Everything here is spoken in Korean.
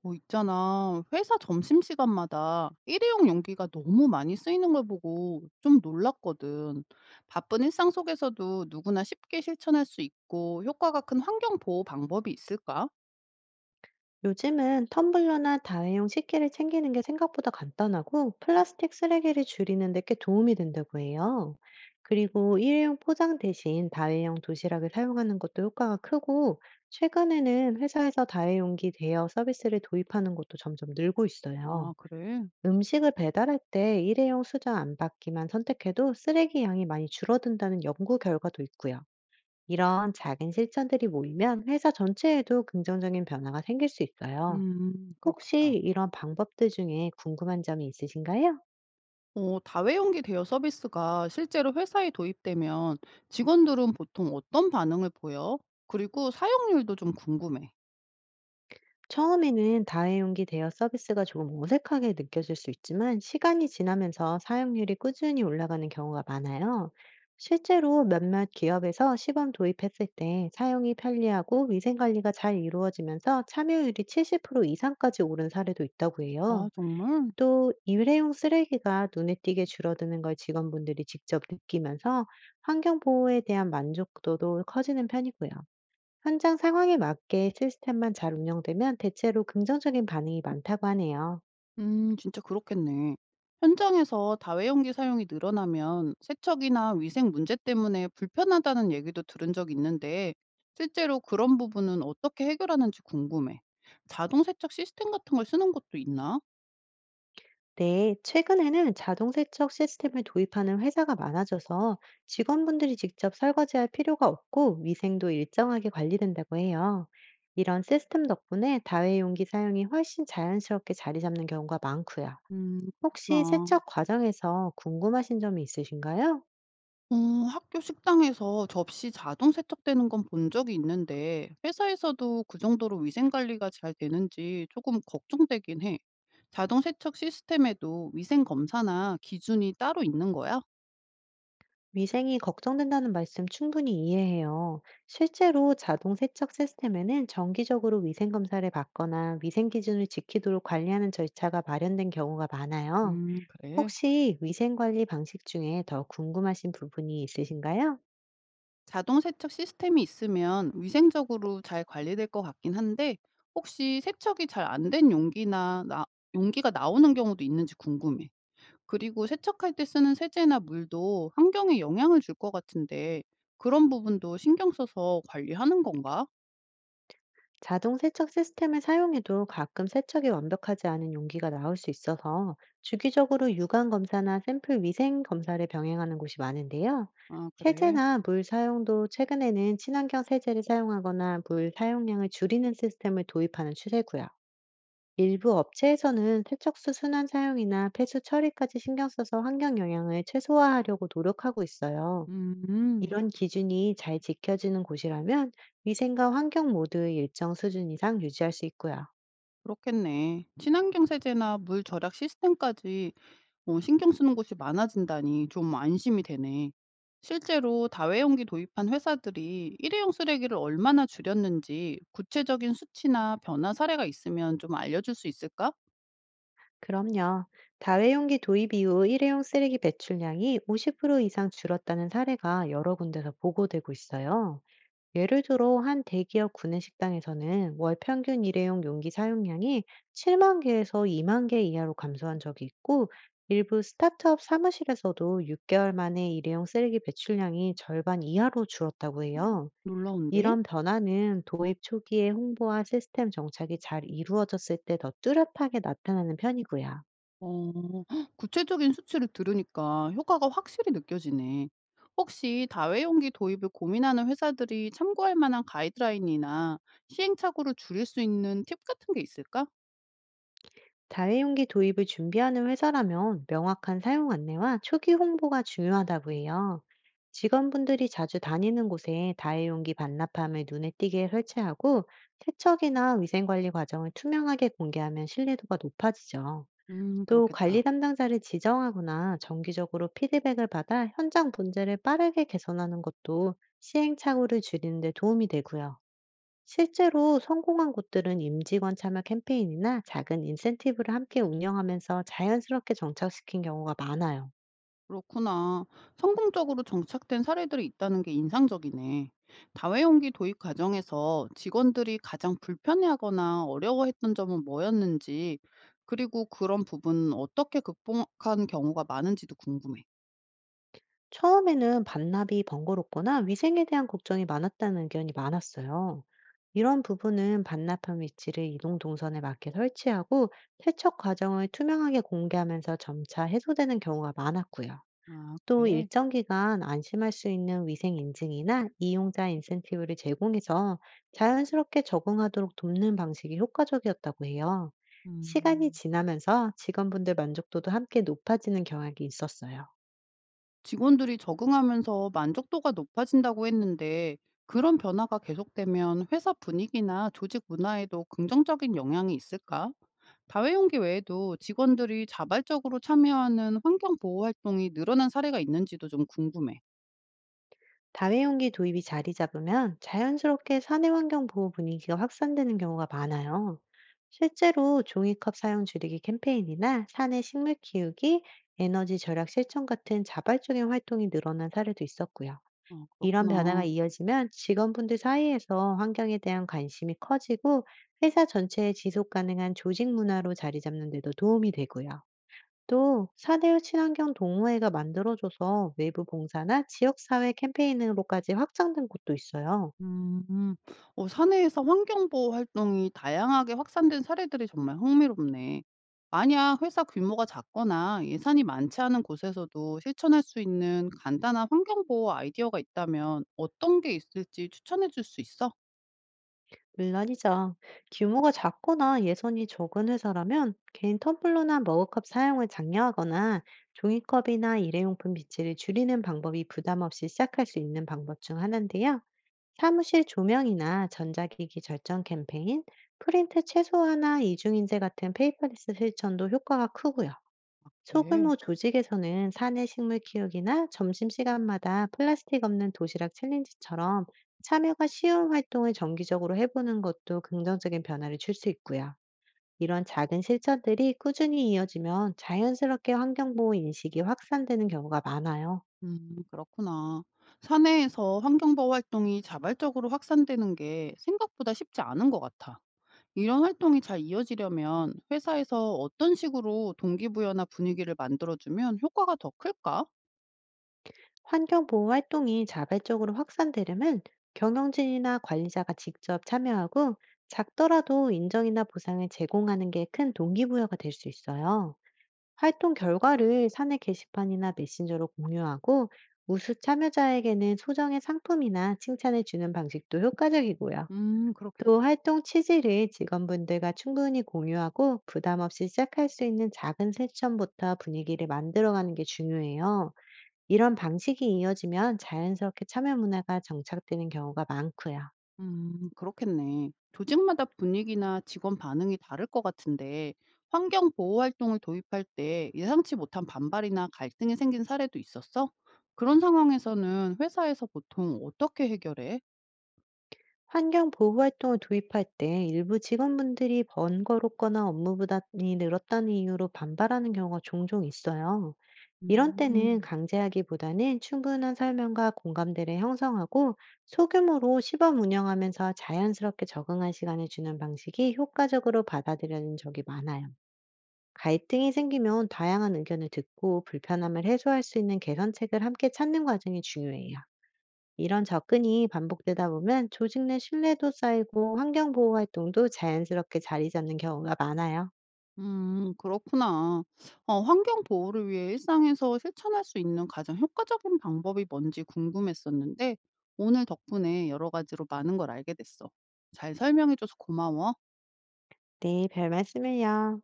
뭐 있잖아. 회사 점심시간마다 일회용 용기가 너무 많이 쓰이는 걸 보고 좀 놀랐거든. 바쁜 일상 속에서도 누구나 쉽게 실천할 수 있고 효과가 큰 환경 보호 방법이 있을까? 요즘은 텀블러나 다회용 식기를 챙기는 게 생각보다 간단하고 플라스틱 쓰레기를 줄이는 데 꽤 도움이 된다고 해요. 그리고 일회용 포장 대신 다회용 도시락을 사용하는 것도 효과가 크고, 최근에는 회사에서 다회용기 대여 서비스를 도입하는 것도 점점 늘고 아, 있어요. 그래? 음식을 배달할 때 일회용 수저 안 받기만 선택해도 쓰레기 양이 많이 줄어든다는 연구 결과도 있고요. 이런 작은 실천들이 모이면 회사 전체에도 긍정적인 변화가 생길 수 있어요. 혹시 그렇겠다. 이런 방법들 중에 궁금한 점이 있으신가요? 어, 다회용기 대여 서비스가 실제로 회사에 도입되면 직원들은 보통 어떤 반응을 보여? 그리고 사용률도 좀 궁금해. 처음에는 다회용기 대여 서비스가 조금 어색하게 느껴질 수 있지만, 시간이 지나면서 사용률이 꾸준히 올라가는 경우가 많아요. 실제로 몇몇 기업에서 시범 도입했을 때 사용이 편리하고 위생 관리가 잘 이루어지면서 참여율이 70% 이상까지 오른 사례도 있다고 아, 해요. 정말? 또 일회용 쓰레기가 눈에 띄게 줄어드는 걸 직원분들이 직접 느끼면서 환경 보호에 대한 만족도도 커지는 편이고요. 현장 상황에 맞게 시스템만 잘 운영되면 대체로 긍정적인 반응이 많다고 하네요. 진짜 그렇겠네. 현장에서 다회용기 사용이 늘어나면 세척이나 위생 문제 때문에 불편하다는 얘기도 들은 적 있는데, 실제로 그런 부분은 어떻게 해결하는지 궁금해. 자동 세척 시스템 같은 걸 쓰는 것도 있나? 네, 최근에는 자동 세척 시스템을 도입하는 회사가 많아져서 직원분들이 직접 설거지할 필요가 없고 위생도 일정하게 관리된다고 해요. 이런 시스템 덕분에 다회용기 사용이 훨씬 자연스럽게 자리 잡는 경우가 많고요. 음, 혹시 그렇구나. 세척 과정에서 궁금하신 점이 있으신가요? 어, 학교 식당에서 접시 자동 세척되는 건 본 적이 있는데, 회사에서도 그 정도로 위생 관리가 잘 되는지 조금 걱정되긴 해. 자동 세척 시스템에도 위생 검사나 기준이 따로 있는 거야? 위생이 걱정된다는 말씀 충분히 이해해요. 실제로 자동 세척 시스템에는 정기적으로 위생 검사를 받거나 위생 기준을 지키도록 관리하는 절차가 마련된 경우가 많아요. 음, 그래. 혹시 위생 관리 방식 중에 더 궁금하신 부분이 있으신가요? 자동 세척 시스템이 있으면 위생적으로 잘 관리될 것 같긴 한데 혹시 세척이 잘 안된 용기나 나 용기가 나오는 경우도 있는지 궁금해. 그리고 세척할 때 쓰는 세제나 물도 환경에 영향을 줄 것 같은데 그런 부분도 신경 써서 관리하는 건가? 자동 세척 시스템을 사용해도 가끔 세척이 완벽하지 않은 용기가 나올 수 있어서, 주기적으로 유관 검사나 샘플 위생 검사를 병행하는 곳이 많은데요. 아, 그래. 세제나 물 사용도 최근에는 친환경 세제를 사용하거나 물 사용량을 줄이는 시스템을 도입하는 추세고요. 일부 업체에서는 세척수 순환 사용이나 폐수 처리까지 신경 써서 환경 영향을 최소화하려고 노력하고 있어요. 음. 이런 기준이 잘 지켜지는 곳이라면 위생과 환경 모두 일정 수준 이상 유지할 수 있고요. 그렇겠네. 친환경 세제나 물 절약 시스템까지 어, 신경 쓰는 곳이 많아진다니 좀 안심이 되네. 실제로 다회용기 도입한 회사들이 일회용 쓰레기를 얼마나 줄였는지 구체적인 수치나 변화 사례가 있으면 좀 알려줄 수 있을까? 그럼요. 다회용기 도입 이후 일회용 쓰레기 배출량이 50% 이상 줄었다는 사례가 여러 군데서 보고되고 있어요. 예를 들어 한 대기업 구내식당에서는 월 평균 일회용 용기 사용량이 7만 개에서 2만 개 이하로 감소한 적이 있고, 일부 스타트업 사무실에서도 6개월 만에 일회용 쓰레기 배출량이 절반 이하로 줄었다고 음. 해요. 놀라운데? 이런 변화는 도입 초기에 홍보와 시스템 정착이 잘 이루어졌을 때 더 뚜렷하게 나타나는 편이고요. 어, 헉, 구체적인 수치를 들으니까 효과가 확실히 느껴지네. 혹시 다회용기 도입을 고민하는 회사들이 참고할 만한 가이드라인이나 시행착오를 줄일 수 있는 팁 같은 게 있을까? 다회용기 도입을 준비하는 회사라면 명확한 사용 안내와 초기 홍보가 중요하다고 해요. 직원분들이 자주 다니는 곳에 다회용기 반납함을 눈에 띄게 설치하고 세척이나 위생관리 과정을 투명하게 공개하면 신뢰도가 높아지죠. 또 관리 그렇겠다. 담당자를 지정하거나 정기적으로 피드백을 받아 현장 문제를 빠르게 개선하는 것도 시행착오를 줄이는 데 도움이 되고요. 실제로 성공한 곳들은 임직원 참여 캠페인이나 작은 인센티브를 함께 운영하면서 자연스럽게 정착시킨 경우가 많아요. 그렇구나. 성공적으로 정착된 사례들이 있다는 게 인상적이네. 다회용기 도입 과정에서 직원들이 가장 불편해하거나 어려워했던 점은 뭐였는지, 그리고 그런 부분은 어떻게 극복한 경우가 많은지도 궁금해. 처음에는 반납이 번거롭거나 위생에 대한 걱정이 많았다는 의견이 많았어요. 이런 부분은 반납한 위치를 이동 동선에 맞게 설치하고 세척 과정을 투명하게 공개하면서 점차 해소되는 경우가 많았고요. 아, 또 그래? 일정 기간 안심할 수 있는 위생 인증이나 이용자 인센티브를 제공해서 자연스럽게 적응하도록 돕는 방식이 효과적이었다고 해요. 시간이 음. 지나면서 직원분들 만족도도 함께 높아지는 경향이 있었어요. 직원들이 적응하면서 만족도가 높아진다고 했는데 그런 변화가 계속되면 회사 분위기나 조직 문화에도 긍정적인 영향이 있을까? 다회용기 외에도 직원들이 자발적으로 참여하는 환경 보호 활동이 늘어난 사례가 있는지도 좀 궁금해. 다회용기 도입이 자리 잡으면 자연스럽게 사내 환경 보호 분위기가 확산되는 경우가 많아요. 실제로 종이컵 사용 줄이기 캠페인이나 사내 식물 키우기, 에너지 절약 실천 같은 자발적인 활동이 늘어난 사례도 있었고요. 아, 이런 변화가 그렇구나. 이어지면 직원분들 사이에서 환경에 대한 관심이 커지고 회사 전체의 지속 가능한 조직 문화로 자리 잡는 데도 도움이 되고요. 또 사내 친환경 동호회가 만들어줘서 외부 봉사나 지역사회 캠페인으로까지 확장된 곳도 있어요. 음. 음. 어, 사내에서 환경 보호 활동이 다양하게 확산된 사례들이 정말 흥미롭네. 만약 회사 규모가 작거나 예산이 많지 않은 곳에서도 실천할 수 있는 간단한 환경 보호 아이디어가 있다면 어떤 게 있을지 추천해 줄 수 있어? 물론이죠. 규모가 작거나 예산이 적은 회사라면 개인 텀블러나 머그컵 사용을 장려하거나 종이컵이나 일회용품 비치를 줄이는 방법이 부담 없이 시작할 수 있는 방법 중 하나인데요. 사무실 조명이나 전자기기 절전 캠페인, 프린트 최소화나 이중인쇄 같은 페이퍼리스 실천도 효과가 크고요. 네. 소규모 조직에서는 사내 식물 키우기나 점심시간마다 플라스틱 없는 도시락 챌린지처럼 참여가 쉬운 활동을 정기적으로 해보는 것도 긍정적인 변화를 줄 수 있고요. 이런 작은 실천들이 꾸준히 이어지면 자연스럽게 환경보호 인식이 확산되는 경우가 많아요. 그렇구나. 사내에서 환경 보호 활동이 자발적으로 확산되는 게 생각보다 쉽지 않은 것 같아. 이런 활동이 잘 이어지려면 회사에서 어떤 식으로 동기부여나 분위기를 만들어주면 효과가 더 클까? 환경보호 활동이 자발적으로 확산되려면 경영진이나 관리자가 직접 참여하고 작더라도 인정이나 보상을 제공하는 게 큰 동기부여가 될 수 있어요. 활동 결과를 사내 게시판이나 메신저로 공유하고 우수 참여자에게는 소정의 상품이나 칭찬을 주는 방식도 효과적이고요. 또 그렇겠다. 활동 취지를 직원분들과 충분히 공유하고 부담 없이 시작할 수 있는 작은 세션부터 분위기를 만들어가는 게 중요해요. 이런 방식이 이어지면 자연스럽게 참여 문화가 정착되는 경우가 많고요. 그렇겠네. 조직마다 분위기나 직원 반응이 다를 것 같은데, 환경 보호 활동을 도입할 때 예상치 못한 반발이나 갈등이 생긴 사례도 있었어? 그런 상황에서는 회사에서 보통 어떻게 해결해? 환경 보호 활동을 도입할 때 일부 직원분들이 번거롭거나 업무 부담이 늘었다는 이유로 반발하는 경우가 종종 있어요. 이런 때는 음, 강제하기보다는 충분한 설명과 공감대를 형성하고 소규모로 시범 운영하면서 자연스럽게 적응할 시간을 주는 방식이 효과적으로 받아들여진 적이 많아요. 갈등이 생기면 다양한 의견을 듣고 불편함을 해소할 수 있는 개선책을 함께 찾는 과정이 중요해요. 이런 접근이 반복되다 보면 조직 내 신뢰도 쌓이고 환경 보호 활동도 자연스럽게 자리 잡는 경우가 많아요. 그렇구나. 어, 환경 보호를 위해 일상에서 실천할 수 있는 가장 효과적인 방법이 뭔지 궁금했었는데, 오늘 덕분에 여러 가지로 많은 걸 알게 됐어. 잘 설명해줘서 고마워. 네, 별 말씀을요.